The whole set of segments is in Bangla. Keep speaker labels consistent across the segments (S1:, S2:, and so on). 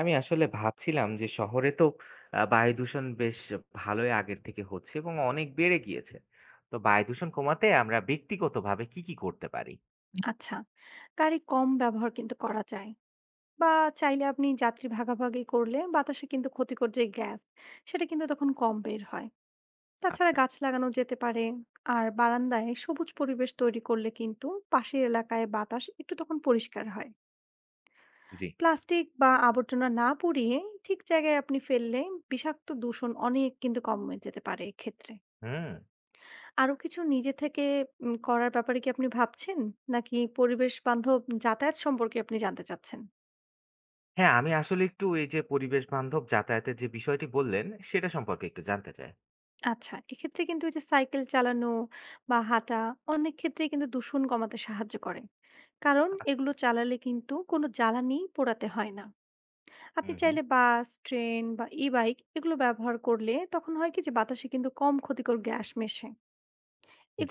S1: আমি আসলে ভাবছিলাম যে শহরে তো বায়ু দূষণ বেশ ভালোই আগের থেকে হচ্ছে এবং অনেক বেড়ে গিয়েছে। তো বায়ু দূষণ কমাতে আমরা ব্যক্তিগতভাবে কি, কি করতে পারি?
S2: আচ্ছা, গাড়ি কম ব্যবহার কিন্তু করা যায়। বা চাইলে আপনি যাত্রী ভাগাভাগি করলে বাতাসে কিন্তু ক্ষতিকর যে গ্যাস, সেটা কিন্তু তখন কম বের হয়। তাছাড়া
S1: আচ্ছা।
S2: গাছ লাগানো যেতে পারে। আর বারান্দায় সবুজ পরিবেশ তৈরি করলে কিন্তু পাশের এলাকায় বাতাস একটু তখন পরিষ্কার হয়।
S1: জি।
S2: প্লাস্টিক বা আবর্জনা না পুড়িয়ে ঠিক জায়গায় আপনি ফেললে বিষাক্ত দূষণ অনেক কিন্তু কমে যেতে পারে এক্ষেত্রে।
S1: হুম।
S2: আরো কিছু নিজে থেকে করার ব্যাপারে কি আপনি ভাবছেন? নাকি পরিবেশ বান্ধব যাতায়াত সম্পর্কে আপনি জানতে চাচ্ছেন?
S1: হ্যাঁ, আমি আসলে একটু এই যে পরিবেশ বান্ধব যাতায়াতের যে বিষয়টি বললেন, সেটা সম্পর্কে একটু জানতে চাই।
S2: আচ্ছা, এক্ষেত্রে কিন্তু এই যে সাইকেল চালানো বা হাঁটা অনেক ক্ষেত্রেই কিন্তু দূষণ কমাতে সাহায্য করে। কারণ এগুলো
S1: আচ্ছা।
S2: চালালে কিন্তু কোনো জ্বালানি পোড়াতে হয় না। আপনি
S1: হুম, হুম।
S2: চাইলে বাস, ট্রেন বা ই-বাইক এগুলো ব্যবহার করলে তখন হয় কি যে বাতাসে কিন্তু কম ক্ষতিকর গ্যাস মেশে।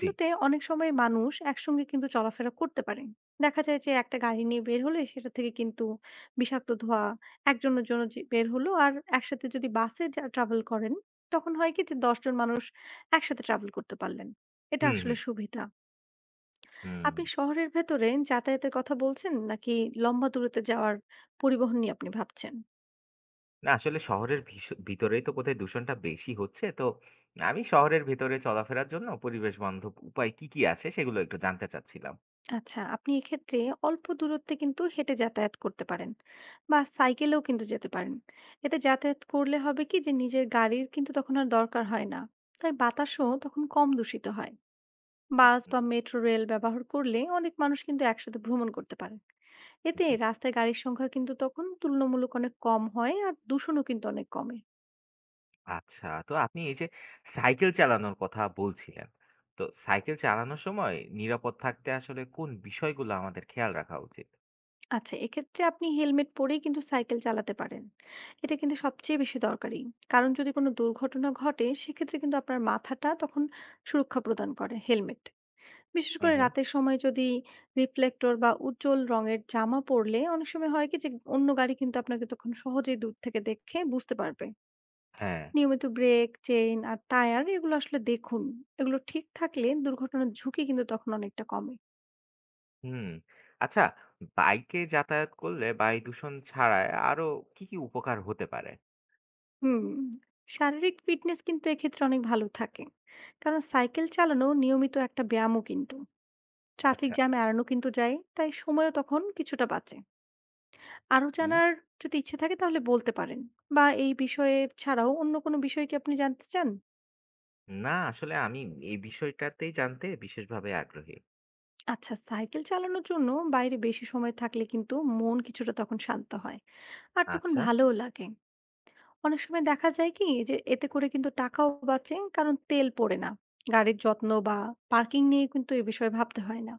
S1: জি।
S2: অনেক সময় মানুষ একসঙ্গে কিন্তু চলাফেরা করতে পারে। দেখা যায় যে একটা গাড়ি নিয়ে বের হলে সেটা থেকে কিন্তু বিষাক্ত ধোঁয়া একজনের জন্য যে বের হলো, আর একসাথে যদি বাসে ট্রাভেল করেন তখন হয় কি যে দশজন মানুষ একসাথে ট্রাভেল করতে পারলেন। এটা
S1: হুম,
S2: আসলে
S1: হুম,
S2: সুবিধা।
S1: হুম।
S2: আপনি শহরের ভেতরে যাতায়াতের কথা বলছেন, নাকি লম্বা দূরত্বে যাওয়ার পরিবহন নিয়ে আপনি ভাবছেন?
S1: না আসলে শহরের ভিতরেই তো বোধহয় দূষণটা বেশি হচ্ছে। তো আমি শহরের ভেতরে চলাফেরার জন্য পরিবেশ বান্ধব উপায় কি, কি আছে সেগুলো একটু জানতে চাচ্ছিলাম।
S2: আচ্ছা, আপনি এক্ষেত্রে অল্প দূরত্বে কিন্তু হেঁটে যাতায়াত করতে পারেন, বা সাইকেলেও কিন্তু যেতে পারেন। এতে যাতায়াত করলে হবে কি যে নিজের গাড়ির কিন্তু তখন আর দরকার হয় না, তাই বাতাসও তখন কম দূষিত হয়।
S1: হুম,
S2: বাস
S1: হুম।
S2: বা মেট্রো রেল ব্যবহার করলে অনেক মানুষ কিন্তু একসাথে ভ্রমণ করতে পারে। এতে
S1: জি।
S2: রাস্তায় গাড়ির সংখ্যা কিন্তু তখন তুলনামূলক অনেক কম হয় আর দূষণও কিন্তু অনেক কমে।
S1: আচ্ছা। তো আপনি এই যে সাইকেল চালানোর কথা বলছিলেন। তো সাইকেল চালানোর সময় নিরাপদ থাকতে আসলে কোন বিষয়গুলো আমাদের খেয়াল রাখা উচিত?
S2: আচ্ছা, এক্ষেত্রে আপনি হেলমেট পরেই কিন্তু সাইকেল চালাতে পারেন। এটা কিন্তু সবচেয়ে বেশি দরকারি। কারণ যদি কোনো দুর্ঘটনা ঘটে সেক্ষেত্রে কিন্তু আপনার মাথাটা তখন সুরক্ষা প্রদান করে হেলমেট। বিশেষ
S1: হু,
S2: করে
S1: হু।
S2: রাতের সময় যদি রিফ্লেক্টর বা উজ্জ্বল রঙের জামা পরলে অনেক সময় হয় কি যে অন্য গাড়ি কিন্তু আপনাকে তখন সহজেই দূর থেকে দেখে বুঝতে পারবে।
S1: হ্যাঁ।
S2: নিয়মিত ব্রেক, চেইন আর টায়ার এগুলো আসলে দেখুন। এগুলো ঠিক থাকলে দুর্ঘটনার ঝুঁকি কিন্তু তখন অনেকটা কমে।
S1: হুম। আচ্ছা, বাইকে যাতায়াত করলে বায়ু দূষণ ছাড়ায় আরো কি, কি উপকার হতে পারে?
S2: হুম, শারীরিক ফিটনেস কিন্তু এক্ষেত্রে অনেক ভালো থাকে, কারণ সাইকেল চালানো নিয়মিত একটা ব্যায়ামও কিন্তু। ট্রাফিক
S1: আচ্ছা।
S2: জ্যাম এড়ানো কিন্তু যায়, তাই সময়ও তখন কিছুটা বাঁচে। আরো
S1: হুম।
S2: জানার যদি ইচ্ছে থাকে তাহলে বলতে পারেন, বা এই বিষয়ে ছাড়াও অন্য কোনো বিষয় কি আপনি জানতে চান?
S1: না আসলে আমি এই বিষয়টাতেই জানতে বিশেষভাবে আগ্রহী।
S2: আচ্ছা, সাইকেল চালানোর জন্য বাইরে বেশি সময় থাকলে কিন্তু মন কিছুটা তখন শান্ত হয় আর তখন
S1: আচ্ছা।
S2: ভালোও লাগে। অনেক সময় দেখা যায় কি যে এতে করে কিন্তু টাকাও বাঁচে, কারণ তেল পড়ে না। গাড়ির যত্ন বা পার্কিং নিয়ে কিন্তু এ বিষয়ে ভাবতে হয় না।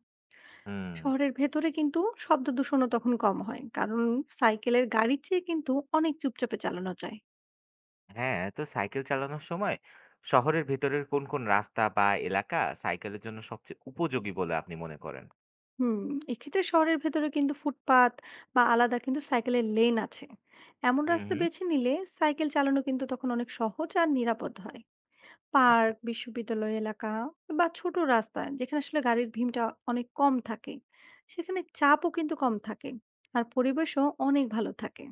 S1: হুম।
S2: শহরের ভেতরে কিন্তু শব্দ দূষণও তখন কম হয়, কারণ সাইকেলের গাড়ির চেয়ে কিন্তু অনেক চুপচাপে চালানো যায়।
S1: হ্যাঁ, তো সাইকেল চালানোর সময় শহরের ভেতরের কোন, কোন রাস্তা বা এলাকা সাইকেলের জন্য সবচেয়ে উপযোগী বলে আপনি মনে করেন?
S2: হুম, এক্ষেত্রে শহরের ভেতরে কিন্তু ফুটপাত বা আলাদা কিন্তু সাইকেলের লেন আছে এমন
S1: হুম,
S2: রাস্তা
S1: হুম।
S2: বেছে নিলে সাইকেল চালানো কিন্তু তখন অনেক সহজ আর নিরাপদ হয়।
S1: আচ্ছা,
S2: পার্ক, বিশ্ববিদ্যালয় এলাকা বা ছোট রাস্তা যেখানে আসলে গাড়ির ভিড়টা অনেক কম থাকে, সেখানে চাপও কিন্তু কম থাকে। আর পরিবেশও অনেক ভালো থাকে।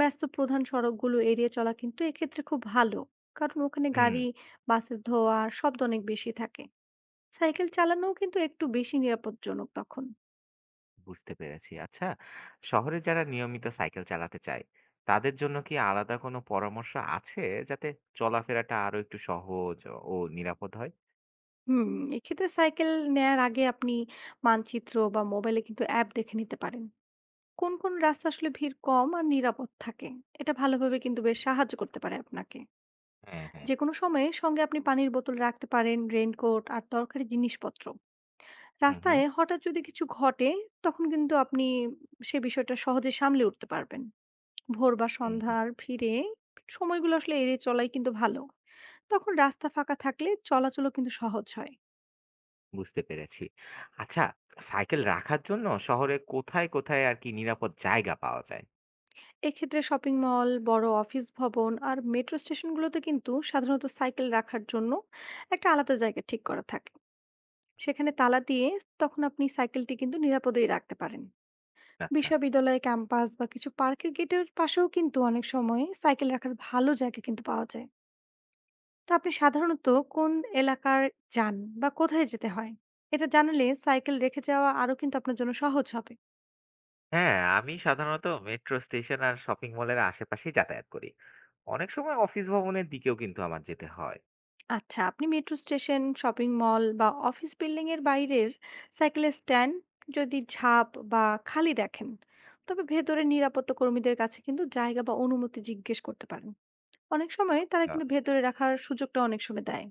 S2: ব্যস্ত প্রধান সড়কগুলো এড়িয়ে চলা কিন্তু এক্ষেত্রে খুব ভালো। কারণ ওখানে
S1: হুম,
S2: গাড়ি, বাসের ধোঁয়া আর শব্দ অনেক বেশি থাকে। সাইকেল চালানোও কিন্তু একটু বেশি নিরাপদজনক তখন।
S1: বুঝতে পেরেছি। আচ্ছা, শহরে যারা নিয়মিত সাইকেল চালাতে চায়, তাদের জন্য কি আলাদা কোনো পরামর্শ আছে যাতে চলাফেরাটা আরো একটু সহজ ও নিরাপদ হয়?
S2: হুম, এক্ষেত্রে সাইকেল নেয়ার আগে আপনি মানচিত্র বা মোবাইলে কিন্তু অ্যাপ দেখে নিতে পারেন। কোন, কোন রাস্তা আসলে ভিড় কম আর নিরাপদ থাকে? এটা ভালোভাবে কিন্তু বেশ সাহায্য করতে পারে আপনাকে।
S1: হ্যাঁ, হ্যাঁ।
S2: যেকোনো সময়ে সঙ্গে আপনি পানির বোতল রাখতে পারেন, রেইনকোট আর দরকারি জিনিসপত্র।
S1: হুম, হুম,
S2: রাস্তায় হঠাৎ যদি কিছু ঘটে, তখন কিন্তু আপনি সে বিষয়টা সহজে সামলে উঠতে পারবেন। ভোর বা
S1: হুম, হুম,
S2: সন্ধ্যার ভিড়ে সময়গুলো আসলে এড়িয়ে চলাই কিন্তু ভালো। তখন রাস্তা ফাঁকা থাকলে চলাচলও কিন্তু সহজ হয়।
S1: বুঝতে পেরেছি। আচ্ছা, সাইকেল রাখার জন্য শহরে কোথায়, কোথায় আর কি নিরাপদ জায়গা পাওয়া যায়?
S2: এক্ষেত্রে শপিং মল, বড় অফিস ভবন আর মেট্রো স্টেশনগুলোতে কিন্তু সাধারণত সাইকেল রাখার জন্য একটা আলাদা জায়গা ঠিক করা থাকে। সেখানে তালা দিয়ে তখন আপনি সাইকেলটি কিন্তু নিরাপদেই রাখতে পারেন।
S1: আচ্ছা।
S2: বিশ্ববিদ্যালয় ক্যাম্পাস বা কিছু পার্কের গেটের পাশেও কিন্তু অনেক সময় সাইকেল রাখার ভালো জায়গা কিন্তু পাওয়া যায়। তো আপনি সাধারণত কোন এলাকার যান বা কোথায় যেতে হয়? এটা জানালে সাইকেল রেখে যাওয়া আরো কিন্তু আপনার জন্য সহজ হবে।
S1: হ্যাঁ, আমি সাধারণত মেট্রো স্টেশন আর শপিং মলের আশেপাশেই যাতায়াত করি। অনেক সময় অফিস ভবনের দিকেও কিন্তু আমার যেতে হয়।
S2: আচ্ছা, আপনি মেট্রো স্টেশন, শপিং মল বা অফিস বিল্ডিং এর বাইরের সাইকেলের স্ট্যান্ড যদি ঝাঁপ বা খালি দেখেন, তবে ভেতরে নিরাপত্তা কর্মীদের কাছে কিন্তু জায়গা বা অনুমতি জিজ্ঞেস করতে পারেন। অনেক সময় তারা
S1: আচ্ছা।
S2: কিন্তু ভেতরে রাখার সুযোগটা অনেক সময় দেয়।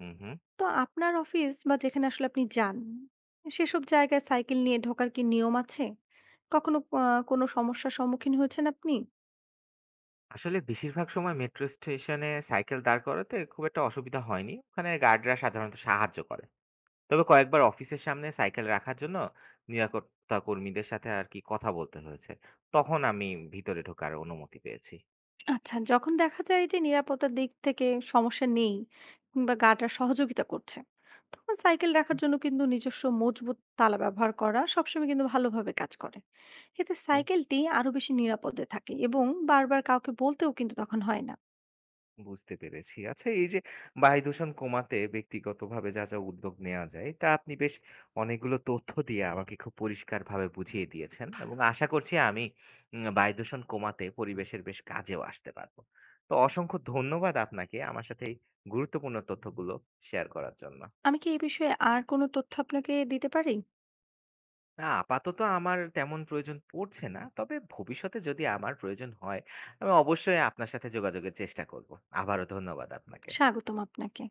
S1: হুম, হুম।
S2: তো আপনার অফিস বা যেখানে আসলে আপনি যান, সেসব জায়গায় সাইকেল নিয়ে ঢোকার কি নিয়ম আছে? কখনো কোনো সমস্যার সম্মুখীন হয়েছেন আপনি?
S1: আসলে বেশিরভাগ সময় মেট্রো স্টেশনে সাইকেল দাঁড় করাতে খুব একটা অসুবিধা হয়নি। ওখানে গার্ডরা সাধারণত সাহায্য করে। তবে কয়েকবার অফিসের সামনে সাইকেল রাখার জন্য নিরাপত্তা কর্মীদের সাথে আর কি কথা বলতে হয়েছে। তখন আমি ভিতরে ঢোকার অনুমতি পেয়েছি।
S2: আচ্ছা, যখন দেখা যায় যে নিরাপত্তার দিক থেকে সমস্যা নেই কিংবা গার্ডরা সহযোগিতা করছে, তখন সাইকেল রাখার জন্য কিন্তু নিজস্ব মজবুত তালা ব্যবহার করা সবসময় কিন্তু ভালোভাবে কাজ করে। এতে
S1: হুম।
S2: সাইকেলটি আরো বেশি নিরাপদে থাকে এবং বারবার কাউকে বলতেও কিন্তু তখন হয় না।
S1: বুঝতে পেরেছি। আচ্ছা এই যে বায়ু দূষণ কমাতে ব্যক্তিগতভাবে যা, যা উদ্যোগ নেওয়া যায় তা আপনি বেশ অনেকগুলো তথ্য দিয়ে আমাকে খুব পরিষ্কারভাবে বুঝিয়ে দিয়েছেন এবং আশা করছি আমি বায়ু দূষণ কমাতে পরিবেশের বেশ কাজেও আসতে পারবো। তো অসংখ্য ধন্যবাদ আপনাকে আমার সাথে এই গুরুত্বপূর্ণ তথ্যগুলো শেয়ার করার জন্য।
S2: আমি কি এই বিষয়ে আর কোনো তথ্য আপনাকে দিতে পারি?
S1: না আপাতত আমার তেমন প্রয়োজন পড়ছে না। তবে ভবিষ্যতে যদি আমার প্রয়োজন হয় আমি অবশ্যই আপনার সাথে যোগাযোগের চেষ্টা করব। আবারও ধন্যবাদ আপনাকে।
S2: স্বাগতম আপনাকে।